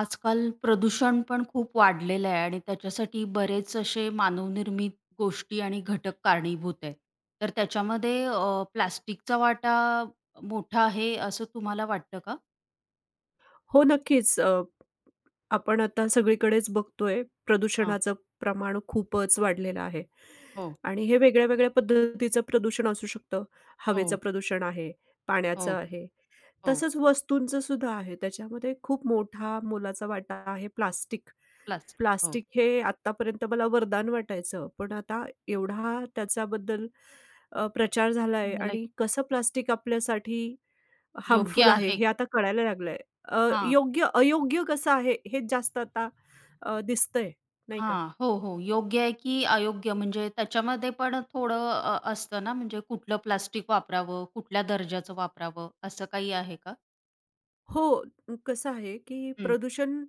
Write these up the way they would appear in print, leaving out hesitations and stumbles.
आजकाल प्रदूषण पण खूप वाढलेलं आहे आणि त्याच्यासाठी बरेच असे मानवनिर्मित गोष्टी आणि घटक कारणीभूत आहेत. तर त्याच्यामध्ये प्लास्टिकचा वाटा मोठा आहे असं तुम्हाला वाटतं का? हो, नक्कीच. आपण आता सगळीकडेच बघतोय हां. प्रदूषणाचं प्रमाण खूपच वाढलेलं आहे हो, आणि हे वेगळ्या-वेगळ्या पद्धतीचं प्रदूषण असू शकतं. हो, हवेचं प्रदूषण आहे, हो, पाण्याचं आहे, हो. तसंच वस्तूंचं सुद्धा आहे. त्याच्यामध्ये खूप मोठा मोलाचा वाटा आहे प्लास्टिक. प्लास्टिक. हो. प्लास्टिक हे आत्तापर्यंत मला वरदान वाटायचं, पण आता एवढा त्याच्याबद्दल प्रचार झालाय लाइक आणि कसं प्लास्टिक आपल्यासाठी योग्य हार्मफुल आहे आहे. हे आता कळायला लागलंय. हां, योग्य, अयोग्य कसं आहे हे जास्त आता दिसतंय नाही का? हां. हो, हो. योग्य आहे की अयोग्य म्हणजे त्याच्यामध्ये पण थोडं असतं ना, म्हणजे कुठलं प्लास्टिक वापरावं, कुठल्या दर्जाचं वापरावं असं काही आहे का? हो, कसं आहे की हं. प्रदूषण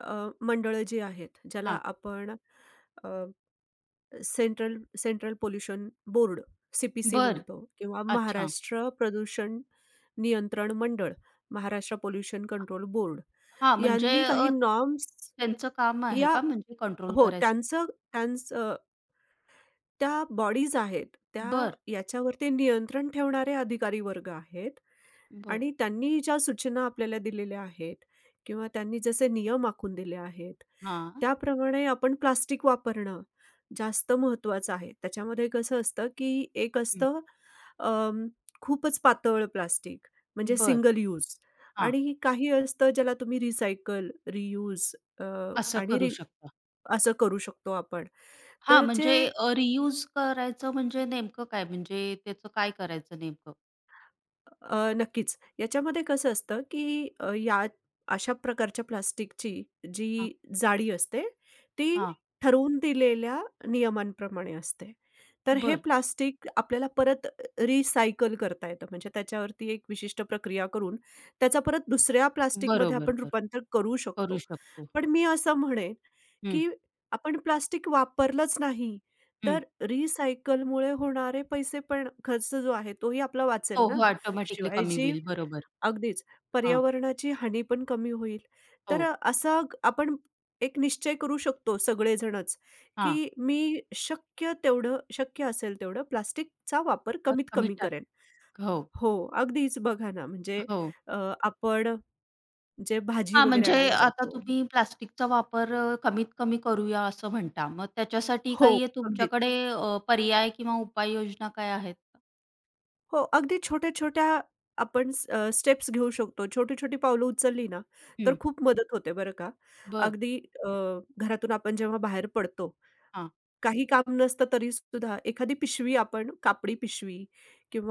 अ, मंडळं जी आहेत, ज्याला हां. आपण अ, central central pollution board C P C बरं. म्हणतो किंवा अच्छा. महाराष्ट्र प्रदूषण नियंत्रण मंडळ, महाराष्ट्र पोल्युशन कंट्रोल बोर्ड हां, म्हणजे यांनी काही नॉर्म्स त्यांचं काम आहे या का म्हणजे कंट्रोल हो, करायचं? त्यांचं त्यांचं त्या बॉडीज आहेत, त्या बरं, याच्यावरती नियंत्रण ठेवणारे अधिकारी वर्ग आहेत बरं. आणि त्यांनी ज्या सूचना आपल्याला दिलेल्या आहेत किंवा त्यांनी जसे नियम आखून दिले आहेत, हां. त्याप्रमाणे आपण प्लास्टिक वापरणं जास्त महत्त्वाचं आहे. त्याच्यामध्ये कसं असतं, की एक हं. असतं अं, खूपच पातळ प्लास्टिक म्हणजे बरं. सिंगल यूज हां, आणि काही असतं ज्याला तुम्ही रिसायकल, रियूज असं आणि करू शकता. असं करू शकतो आपण. हां, तर म्हणजे जे रियूज करायचं म्हणजे नेमकं काय? म्हणजे त्याचं काय करायचं नेमकं? नक्कीच. याच्यामध्ये कसं असतं, की या अशा प्रकारच्या प्लास्टिकची हां, जी जाडी असते, ती हां. ठरवून दिलेल्या नियमांप्रमाणे असते. तर हे बरं. प्लास्टिक आपल्याला परत रिसायकल करता येतं. म्हणजे त्याच्यावरती एक विशिष्ट प्रक्रिया करून त्याचा परत दुसऱ्या प्लास्टिकमध्ये बरोबर, आपण बरं. रूपांतर करू शकतो. करू शकतो. पण मी असं म्हणेन, हं, की आपण प्लास्टिक वापरलंच नाही, हं. तर रिसायकलमुळे होणारे पैसे पण खर्च जो आहे तोही आपला वाचेल हो, ना. हो. ऑटोमॅटिकली शिवाय कमी जी होईल. बरोबर. अगदीच हां. पर्यावरणाची हानी पण कमी होईल. तर हो. आपण एक निश्चय करू शकतो सगळेजणच, हां. की मी शक्य तेवढं शक्य असेल तेवढं प्लास्टिकचा वापर तर कमीत कमी कमी टाक करेन. हो, हो, अगदीच बघा ना म्हणजे हो. अ, आपण जे भाजी हां, वगैरे म्हणजे आणायला आता जातो तुम्ही प्लास्टिकचा वापर कमीत कमी करूया असं म्हणता. मग त्याच्यासाठी हो, काही अगदीच. तुमच्याकडे पर्याय किंवा उपाययोजना काय आहेत का? हो, अगदी छोट्या-छोट्या आपण स्टेप्स घेऊ शकतो. छोटी-छोटी पावलं उचलली ना, तर हं, खूप मदत होते बरं का. बरं. अगदी अ, घरातून आपण जेव्हा बाहेर पडतो, हां, काही काम नसतं तरी सुद्धा एखादी पिशवी आपण कापडी पिशवी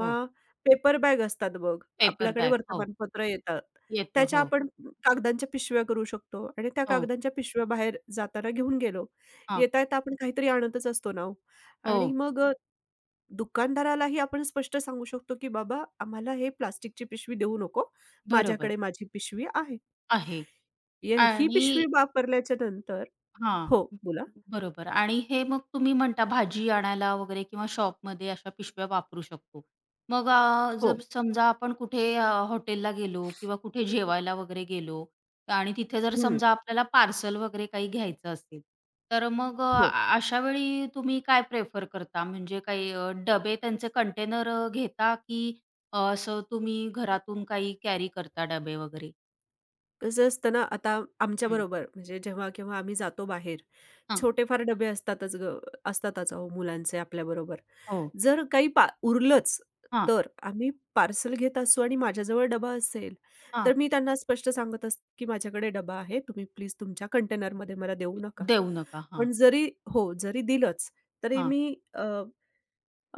हो. पेपर बॅग असतात बघ, पेपर आपल्याकडे बॅग. हो, वर्तमानपत्र येतात. येतं. त्याच्या हो, आपण कागदांच्या पिशव्या करू शकतो आणि त्या हो. कागदांच्या पिशव्या बाहेर जाताना घेऊन गेलो. हां, येता-येता आपण काहीतरी आणतच असतो ना हो हो. आणि मग दुकानदारालाही आपण स्पष्ट सांगू शकतो, की "बाबा, आम्हाला हे प्लास्टिकची पिशवी देऊ नको. बरोबर माझ्याकडे माझी पिशवी आहे." आहे ही आणि पिशवी वापरल्याच्या नंतर हां. हो, बोला. बरोबर, आणि हे मग तुम्ही म्हणता भाजी आणायला वगैरे किंवा शॉपमध्ये अशा पिशव्या वापरू शकतो. मग हो. जर समजा आपण कुठे हॉटेलला गेलो किंवा कुठे जेवायला वगैरे गेलो आणि तिथे जर हं. समजा आपल्याला पार्सल वगैरे काही घ्यायचं असेल, तर मग अ, हो. अ, अशा वेळी तुम्ही काय प्रेफर करता? म्हणजे काही डबे, त्यांचे कंटेनर घेता, की असं तुम्ही घरातून काही कॅरी करता डबे वगैरे? कसं असतं ना, आता हं. आमच्याबरोबर म्हणजे जेव्हा-केव्हा आम्ही जातो बाहेर, हां. छोटेफार डबे असतातच ग असतातच अहो मुलांचे आपल्या बरोबर, हो. जर काही पा उरलंच, हां, तर आम्ही पार्सल घेत असू आणि माझ्याजवळ डबा असेल, तर हां. मी त्यांना स्पष्ट सांगत असते, की माझ्याकडे डबा आहे, तुम्ही प्लीज तुमच्या कंटेनरमध्ये मला देऊ नका. देऊ नका. हां, पण जरी हो, जरी दिलंच, तरी हां. मी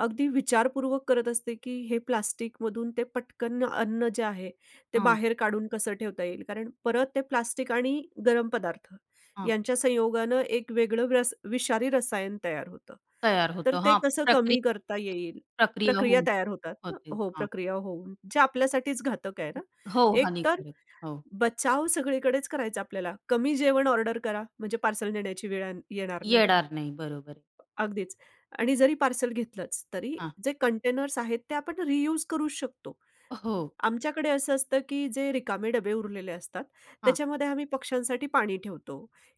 अगदी विचारपूर्वक करत असते, की हे प्लास्टिकमधून ते पटकन अन्न जे आहे, ते हां, बाहेर काढून कसं ठेवता येईल? कारण परत ते प्लास्टिक आणि गरम पदार्थ हां. यांच्या संयोगानं एक वेगळं विषारी रसायन तयार होतं. तयार तर होतं. ते हां, कसं कमी करता प्रक्रिया येईल? प्रक्रिया प्रक्रिया होऊन तयार होतात ना होते. हो, हां. प्रक्रिया होऊन जे आपल्यासाठीच घातक आहे ना. हो, एक तर हानिकारक. हो. बचाव सगळीकडेच करायचा आपल्याला. कमी जेवण ऑर्डर करा, म्हणजे पार्सल नेण्याची वेळ येणार नाही. येणार नाही. बरोबर आहे. अगदीच. आणि जरी पार्सल घेतलंच, तरी हां. जे कंटेनर्स आहेत ते आपण रियूज करू शकतो. हो. आमच्याकडे असं असतं, की जे रिकामे डबे उरलेले असतात, हां. त्याच्यामध्ये आम्ही पक्ष्यांसाठी पाणी ठेवतो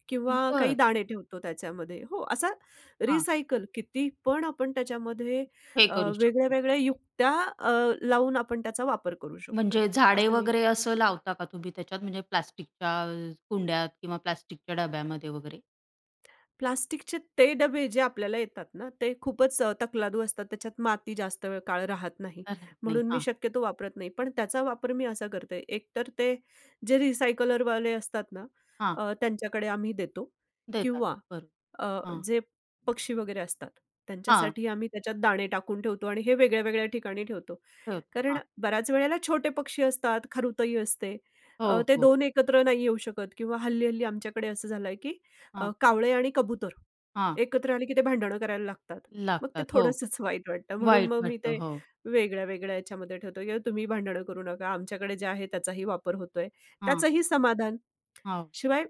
किंवा काही बरं. दाणे ठेवतो त्याच्यामध्ये. हो, असा हां. रिसायकल किती पण आपण त्याच्यामध्ये हे करू शकतो. वेगळ्या-वेगळ्या युक्त्या अ, लावून आपण त्याचा वापर करू शकतो. म्हणजे झाडे असं नाही वगैरे असं लावता का तुम्ही त्याच्यात, म्हणजे प्लास्टिकच्या कुंड्यात किंवा प्लास्टिकच्या डब्यामध्ये वगैरे? प्लास्टिकचे ते डबे जे आपल्याला येतात ना, ते खूपच तकलादू असतात. त्याच्यात माती जास्त काळ राहत नाही. राहत नाही. म्हणून मी हां, शक्यतो वापरत नाही. पण त्याचा वापर मी असा करते, एकतर ते जे recycler वाले असतात ना, हां. त्यांच्याकडे आम्ही देतो देतात. किंवा बरोबर. अ, हां, जे पक्षी वगैरे असतात, हां. त्यांच्यासाठी आम्ही त्याच्यात दाणे टाकून ठेवतो आणि हे वेगळ्या-वेगळ्या ठिकाणी ठेवतो. ठेवतात. कारण हां. बऱ्याच वेळेला छोटे पक्षी असतात, खरुतई असते. हो, ते हो. 2 एकत्र नाही येऊ शकत किंवा हल्ली-हल्ली आमच्याकडे असं झालंय, की हां, कावळे आणि कबूतर हां. एकत्र आले, की ते भांडणं करायला लागतात. मग ते लागतात. हो. थोडंसंच वाईट वाटतं. म्हणून वाईट मग मी वाटतं. ते हो. वेगळ्या-वेगळ्या याच्यामध्ये ठेवतो, की तुम्ही भांडणं करू नका. आमच्याकडे जे आहे त्याचाही वापर होतोय. हां, त्याचंही समाधान. हो. शिवाय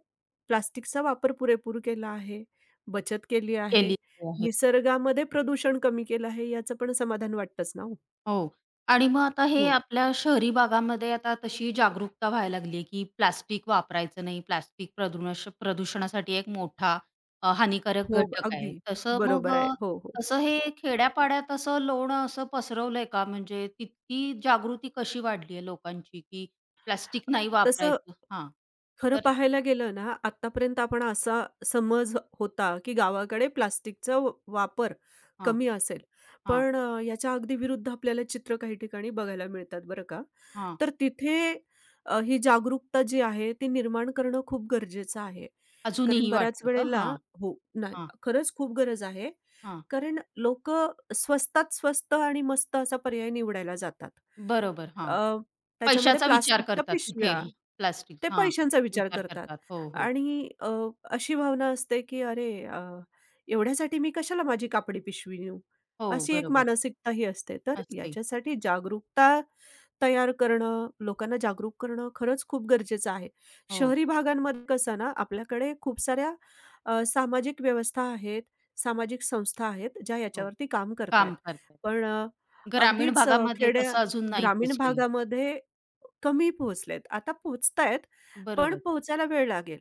प्लास्टिकचा वापर पुरेपूर केला आहे, बचत केली आहे, केली आहे. निसर्गामध्ये प्रदूषण कमी केलं आहे, याचं पण समाधान वाटतंच ना हो. हो. आणि मग आता हे हो. आपल्या शहरी भागामध्ये आता तशी जागरूकता व्हायला लागली आहे, की प्लास्टिक वापरायचं नाही. प्लास्टिक प्रदूषणासाठी एक मोठा हानिकारक हो, घटक आहे. अगदी. तसं मग बरोबर आहे. हो, हो. तसं हे खेड्यापाड्यात असं लोणं असं पसरवलंय का? म्हणजे तितकी जागृती कशी वाढली आहे लोकांची, की प्लास्टिक नाही तसं वापरायचं? हां. खरं तर पाहायला गेलं ना, आत्तापर्यंत आपण असा समज होता, की गावाकडे प्लास्टिकचा वापर हां. कमी असेल. हां, पण याच्या अगदी विरुद्ध आपल्याला चित्र काही ठिकाणी बघायला मिळतात बरं का. हां. तर तिथे ही जागरूकता जी आहे ती निर्माण करणं खूप गरजेचं आहे. कारण अजूनही बऱ्याच वाटतं का? वेळेला हां, हो, नाही हां, खरंच खूप गरज आहे. हां. कारण लोकं स्वस्तात स्वस्त आणि मस्त असा पर्याय निवडायला जातात. बरोबर. हां. अ, त्याच्यामध्ये पैशाचा विचार प्लास्टिकच्या करतात तिथे पिशव्या, प्लास्टिक ते हां, पैशांचा विचार विचार करतात करतात. हो, हो. आणि अशी भावना असते की "अरे एवढ्यासाठी मी कशाला माझी कापडी पिशवी नेऊ?" हो, अशी एक बरोबर मानसिकताही असते. तर असते. याच्यासाठी जागरूकता तयार करणं, लोकांना जागरूक करणं खरंच खूप गरजेचं आहे. हो, शहरी भागांमध्ये कसं ना, आपल्याकडे खूप साऱ्या सामाजिक व्यवस्था आहेत, सामाजिक संस्था आहेत, ज्या हो. याच्यावरती काम करतायत. काम करतात. पण ग्रामीण अगदीच भागामध्ये तसं अजून नाही ग्रामीण पोहोचलेलं. भागामध्ये कमी पोहोचलेत. आता पोहोचतायत, पण बरोबर. पोहोचायला वेळ लागेल.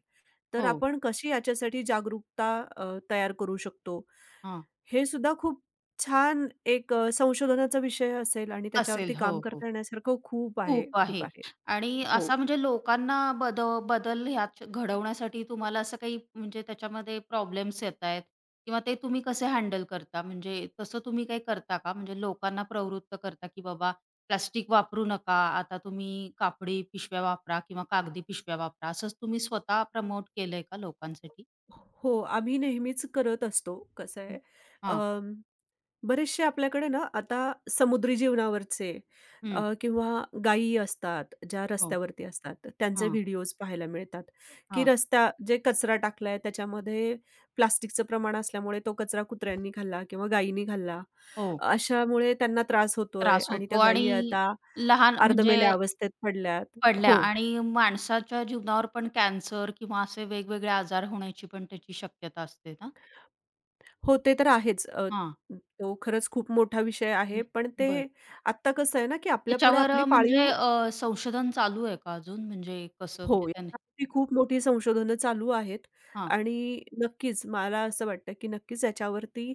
तर हो, आपण कशी याच्यासाठी जागरूकता अ, तयार करू शकतो? हां. हे सुद्धा खूप छान एक संशोधनाचा विषय असेल आणि त्याच्यावरती असेल. हो, काम हो. करता येण्यासारखं खूप आहे, खूप खूप आहे. आहे. आणि हो. असा म्हणजे लोकांना बदल ह्यात घडवण्यासाठी तुम्हाला असं काही म्हणजे त्याच्यामध्ये प्रॉब्लेम्स येतायत किंवा ते तुम्ही कसे हँडल करता? म्हणजे तसं तुम्ही काही करता का? म्हणजे लोकांना प्रवृत्त करता, की बाबा, प्लास्टिक वापरू नका, आता तुम्ही कापडी पिशव्या वापरा किंवा कागदी पिशव्या वापरा. असं तुम्ही स्वतः प्रमोट केलंय का लोकांसाठी? हो, आम्ही नेहमीच करत असतो. कसं आहे हं. हां. बरेचसे आपल्याकडे ना आता समुद्री जीवनावरचे हं. किंवा गायी असतात, ज्या हो. रस्त्यावरती असतात, त्यांचे हां. व्हिडिओज पाहायला मिळतात, की हां. रस्ता जे कचरा टाकलाय त्याच्यामध्ये प्लास्टिकचं प्रमाण असल्यामुळे तो कचरा कुत्र्यांनी खाल्ला किंवा गायीनी खाल्ला. हो. अशामुळे त्यांना त्रास होतोय त्रास आणि त्या होतो आणि गायी आता लहान, म्हणजे अर्धमेल्या अवस्थेत पडल्यात. पडल्या हो, आणि माणसाच्या जीवनावर पण कॅन्सर किंवा असे वेगवेगळे आजार होण्याची पण त्याची शक्यता असते ना? हो, ते तर आहेच. हां. तो खरंच खूप मोठा विषय आहे. पण ते बरं. आत्ता कसं आहे ना, की आपल्यापुढे त्याच्यावर आपली म्हणजे पाळीव संशोधन चालू आहे का अजून? म्हणजे कसं, हो, म्हणजे त्याने याच्यावरती खूप मोठी संशोधनं चालू आहेत हां. आणि नक्कीच मला असं वाटतं, की नक्कीच याच्यावरती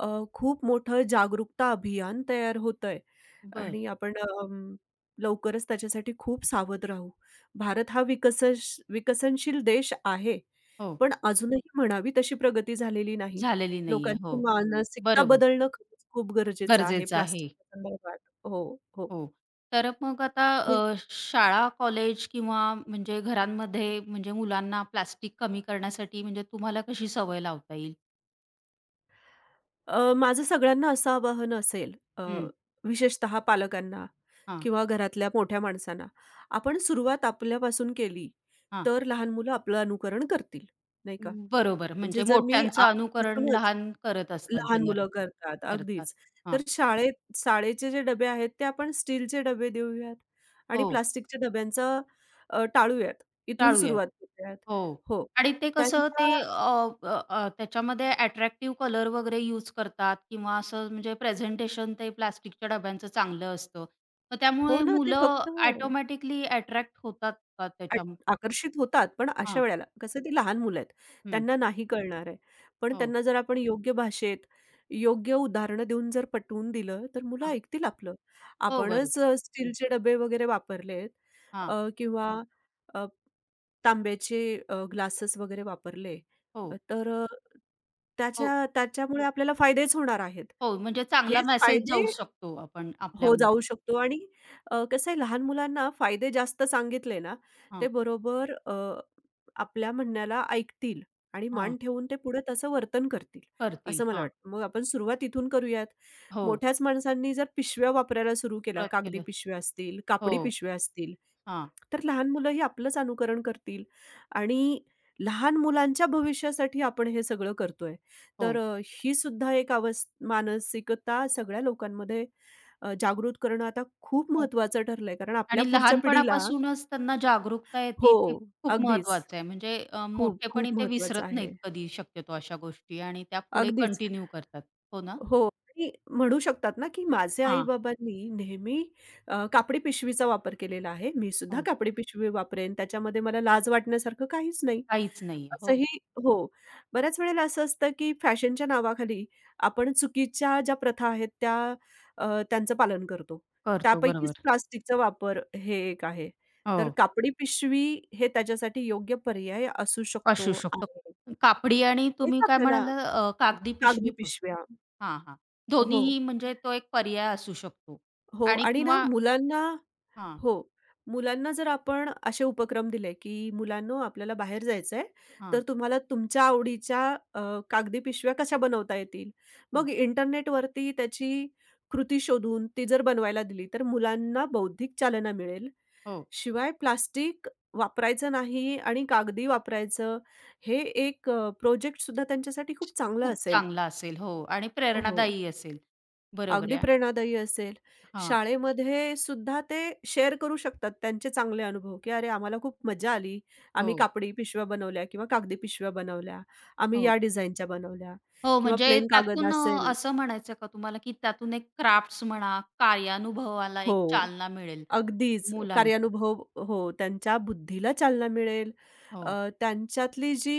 अ, खूप मोठं जागरूकता अभियान तयार होतंय बरं. आणि आपण लवकरच त्याच्यासाठी खूप सावध राहू. भारत हा विकसनशील देश आहे, हो. पण अजूनही म्हणावी तशी प्रगती झालेली नाही. झालेली नाहीये. लोकांची हो. मानसिकता बरोबर. बदलणं खरंच खूप गरजेचं आहे गरजेचं आहे. प्लास्टिकच्या संदर्भात. हो, हो. हो. तर मग आता आणि शाळा, कॉलेज किंवा म्हणजे घरांमध्ये, म्हणजे मुलांना प्लास्टिक कमी करण्यासाठी म्हणजे तुम्हाला कशी सवय लावता येईल? माझं सगळ्यांना असं आवाहन असेल हं. विशेषतः पालकांना हां, किंवा घरातल्या मोठ्या माणसांना, आपण सुरुवात आपल्यापासून केली, हां. तर लहान मुलं आपलं अनुकरण करतील, नाही का? बरोबर. म्हणजे म्हणजे जर मी मोठ्यांचं अनुकरण आजपासूनच लहान करत असतात लहान जनरे मुलं करतात करतात. अगदीच. हां. तर शाळेचे जे डबे आहेत, ते आपण स्टीलचे डबे देऊयात आणि हो, प्लास्टिकच्या डब्यांचं टाळूयात. इथून टाळूयात. सुरुवात करूयात. हो. हो. आणि ते कसं, ते त्यांच्या अ, अ, अ, त्याच्यामध्ये अट्रॅक्टिव्ह कलर वगैरे यूज करतात किंवा असं, म्हणजे प्रेझेंटेशन ते प्लास्टिकच्या डब्यांचं चांगलं असतं. मग हो त्यामुळे ना, ते मुलं फक्त ऑटोमॅटिकली अट्रॅक्ट होतात का आट त्याच्या आकर्षित होतात. पण अशा हां. वेळेला कसं ती लहान मुलं आहेत. हं. त्यांना नाही कळणार आहे. पण हो. त्यांना जर आपण योग्य भाषेत, योग्य उदाहरणं देऊन जर पटवून दिलं, तर मुलं हां. ऐकतील आपलं. हो, आपणच बरोबर. स्टीलचे डबे वगैरे वापरलेत हां. किंवा अ, तांब्याचे ग्लासेस वगैरे वापरले, हो. तर हो. त्याच्यामुळे आपल्याला फायदेच होणार आहेत. हो. म्हणजे चांगला हेच मेसेज फायदे जाऊ शकतो आपण आपल्या हो, जाऊ शकतो आणि कसं आहे लहान मुलांना फायदे जास्त सांगितले ना, हां, ते बरोबर आपल्या म्हणण्याला ऐकतील आणि हां. मान ठेवून ते पुढे तसं वर्तन करतील, करतील. असं मला हां. वाटतं. मग आपण सुरुवात इथून करूयात. हो, मोठ्याच माणसांनी जर पिशव्या वापरायला सुरू केल्या, ओळख कागदी केलं. पिशव्या असतील, कापडी हो, पिशव्या असतील, हां, तर लहान मुलंही आपलंच अनुकरण करतील आणि लहान मुलांच्या भविष्यासाठी आपण हे सगळं करतोय. तर हो, ही सुद्धा एक मानसिकता सगळ्या लोकांमध्ये जागृत करणं आता खूप हो. महत्त्वाचं ठरलंय. कारण आपल्या आणि पुढच्या पिढीला लहानपणापासूनच त्यांना जागरूकता हो, येते ते खूप अगदीच. महत्वाचं आहे. म्हणजे खूप, मोठेपणी खूप ते महत्त्वाचं विसरत आहे. नाहीत कधी शक्यतो अशा गोष्टी आणि त्या पुढे अगदीच. कंटिन्यू करतात. हो ना? हो आणि म्हणू शकतात ना, की माझ्या हां, आई-बाबांनी नेहमी कापडी पिशवीचा वापर केलेला आहे. मी सुद्धा हो. कापडी पिशवी वापरेन. त्याच्यामध्ये मला लाज वाटण्यासारखं काहीच नाही. काहीच नाहीये. हो, असंही हो. बऱ्याच वेळेला असं असतं, की फॅशनच्या नावाखाली आपण चुकीच्या ज्या प्रथा आहेत त्या त्यांचं पालन करतो. करतो त्यापैकीच बरोबर. प्लास्टिकचा वापर हे एक आहे. तर हो, कापडी पिशवी हे त्याच्यासाठी योग्य पर्याय असू असू शकतो शकतो. आहे. कापडी, आणि हेच तुम्ही काय आपल्याला म्हणाला, कागदी कागदी पिशवी पण. पिशव्या हां, हां. हो. दोन्हीही, म्हणजे तो एक पर्याय असू शकतो हो आणि आणि ना किंवा मुलांना हां, हो. मुलांना जर आपण असे उपक्रम दिले, की "मुलांनो आपल्याला बाहेर जायचंय, हां. तर तुम्हाला तुमच्या आवडीच्या अ, कागदी पिशव्या कशा बनवता येतील?" हो, मग इंटरनेटवरती त्याची कृती शोधून ती जर बनवायला दिली, तर मुलांना बौद्धिक चालना मिळेल. हो. शिवाय प्लास्टिक वापरायचं नाही आणि कागदी वापरायचं, हे एक प्रोजेक्टसुद्धा त्यांच्यासाठी खूप चांगलं खूप असेल. चांगला असेल. हो, आणि हो. प्रेरणादायी असेल. बरोबर अगदी आहे. प्रेरणादायी असेल. हां. शाळेमध्ये सुद्धा ते शेअर करू शकतात त्यांचे चांगले अनुभव, की "अरे, आम्हाला खूप मजा आली. आम्ही हो, कापडी पिशव्या बनवल्या किंवा कागदी पिशव्या बनवल्या. आम्ही हो. या डिझाईनच्या बनवल्या." हो, किंवा म्हणजे प्लेन कागद त्यातून असेल असं म्हणायचं का तुम्हाला, की त्यातून एक क्राफ्ट्स म्हणा, कार्यानुभवाला एक हो, चालना मिळेल अगदीच मुलांच्या. कार्यानुभव हो, त्यांच्या बुद्धीला चालना मिळेल. हो, त्यांच्यातली जी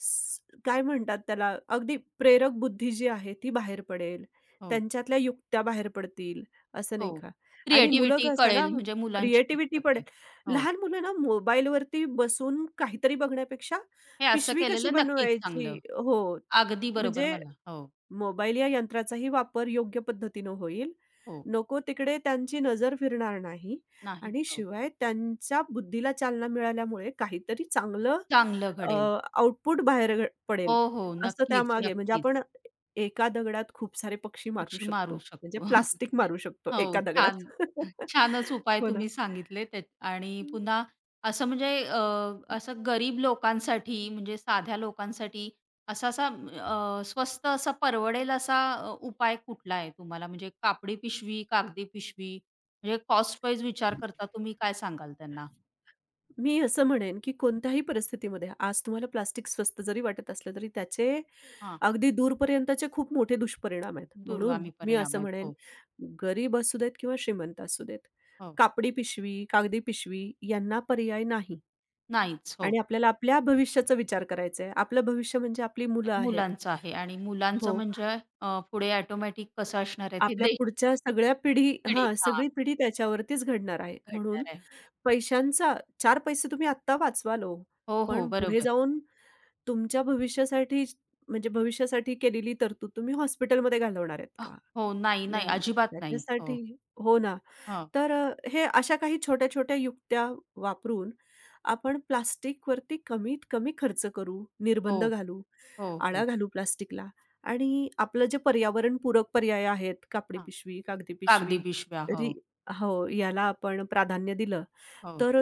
काय म्हणतात त्याला, अगदी प्रेरक बुद्धी जी आहे ती बाहेर पडेल. हो, त्यांच्यातल्या युक्त्या बाहेर पडतील, असं हो. नाही का? आणि मुलं क्रिएटिव्हिटी कसं ना, कळेल म्हणजे मुलांची क्रिएटिव्हिटी कितपत पडेल. आहे. हो. लहान मुलं ना मोबाईलवरती बसून काहीतरी बघण्यापेक्षा हे असं पिशवी कशी केलेलं नक्कीच बनवायची चांगलं. हो, अगदी बरोबर म्हणजे मला. हो, मोबाईल या यंत्राचाही वापर योग्य पद्धतीनं होईल. हो. नको तिकडे त्यांची नजर फिरणार नाही नाही. आणि हो. शिवाय त्यांच्या बुद्धीला चालना मिळाल्यामुळे काहीतरी चांगलं चांगलं अ, घडेल. आउटपुट बाहेर हो, पडेल, हो. असं नक्कीच, त्यामागे म्हणजे आपण नक्कीच. एका दगडात खूप सारे पक्षी मारू पक्षी शकतो. मारू म्हणजे शकतो. प्लास्टिक मारू शकतो हो, एका दगडात. छान. छानच उपाय हो ना. तुम्ही सांगितले त्या. आणि पुन्हा असं म्हणजे असं गरीब लोकांसाठी, म्हणजे साध्या लोकांसाठी असा-असा स्वस्त, असा परवडेल असा उपाय कुठला आहे तुम्हाला? म्हणजे कापडी पिशवी, कागदी पिशवी, म्हणजे कॉस्ट वाईज विचार करता तुम्ही काय सांगाल त्यांना? मी असं म्हणेन, की कोणत्याही परिस्थितीमध्ये आज तुम्हाला प्लास्टिक स्वस्त जरी वाटत असलं, तरी त्याचे हां, अगदी दूरपर्यंतचे खूप मोठे दुष्परिणाम आहेत. म्हणून दूरगामी मी परिणाम असं आहेत. म्हणेन, हो, गरीब असू देत किंवा श्रीमंत असू देत, हो. कापडी पिशवी, कागदी पिशवी यांना पर्याय नाही नाहीच. हो. आणि आपल्याला आपल्या भविष्याचा विचार करायचा आहे. आपलं भविष्य म्हणजे आपली मुलं आहेत. मुलांचं आहे, आणि मुलांचं हो, म्हणजे पुढे ऑटोमॅटिक कसं असणार आहे ते आपल्या पुढच्या सगळ्या पिढी पिढी हां, हां, सगळी पिढी त्याच्यावरतीच घडणार आहे. म्हणून घडणार आहे. पैशांचा 4 पैसे तुम्ही आत्ता वाचवाल हो. हो, हो, पण पुढे बरोबर. जाऊन तुमच्या भविष्यासाठी म्हणजे भविष्यासाठी केलेली तरतूद तुम्ही हॉस्पिटलमध्ये घालवणार आहेत अ, का? हो, नाही, नाही, नाही, नाही. अजिबात नाही. हो, त्याच्यासाठी हो ना. हां, तर हे अशा काही छोट्या-छोट्या युक्त्या वापरून आपण प्लास्टिकवरती कमीत कमी खर्च करू, निर्बंध हो, घालू, हो, हो. आळा घालू प्लास्टिकला आणि आपलं जे पर्यावरणपूरक पर्याय आहेत, कापडी हां, पिशवी, कागदी कागदी पिशवी, पिशव्या. हो, री हो, याला आपण प्राधान्य दिलं हो. तर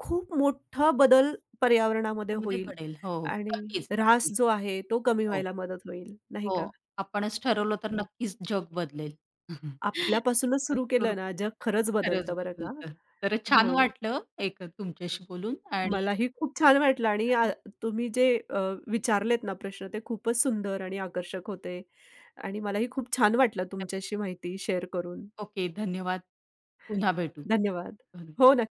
खूप मोठा बदल पर्यावरणामध्ये तर म्हणजे होईल घडेल. हो, आणि नक्कीच, ऱ्हास नक्कीच. जो आहे तो कमी हो, व्हायला मदत होईल, नाही का? हो. आपणच ठरवलं तर हो. नक्कीच जग बदलेल. आपल्यापासूनच सुरू केलं स्वरूपी ना, जग खरंच खरंच बदलतं बरं का. बदलतं. तर छान हो. वाटलं एक तुमच्याशी बोलून आणि मलाही खूप छान वाटलं आणि आणि- तुम्ही जे विचारलेत ना प्रश्न ते खूपच सुंदर आणि आकर्षक होते आणि मलाही खूप छान वाटलं तुमच्याशी माहिती शेअर करून. ओके, धन्यवाद. पुन्हा भेटू. धन्यवाद. धन्यवाद. हो, नक्की.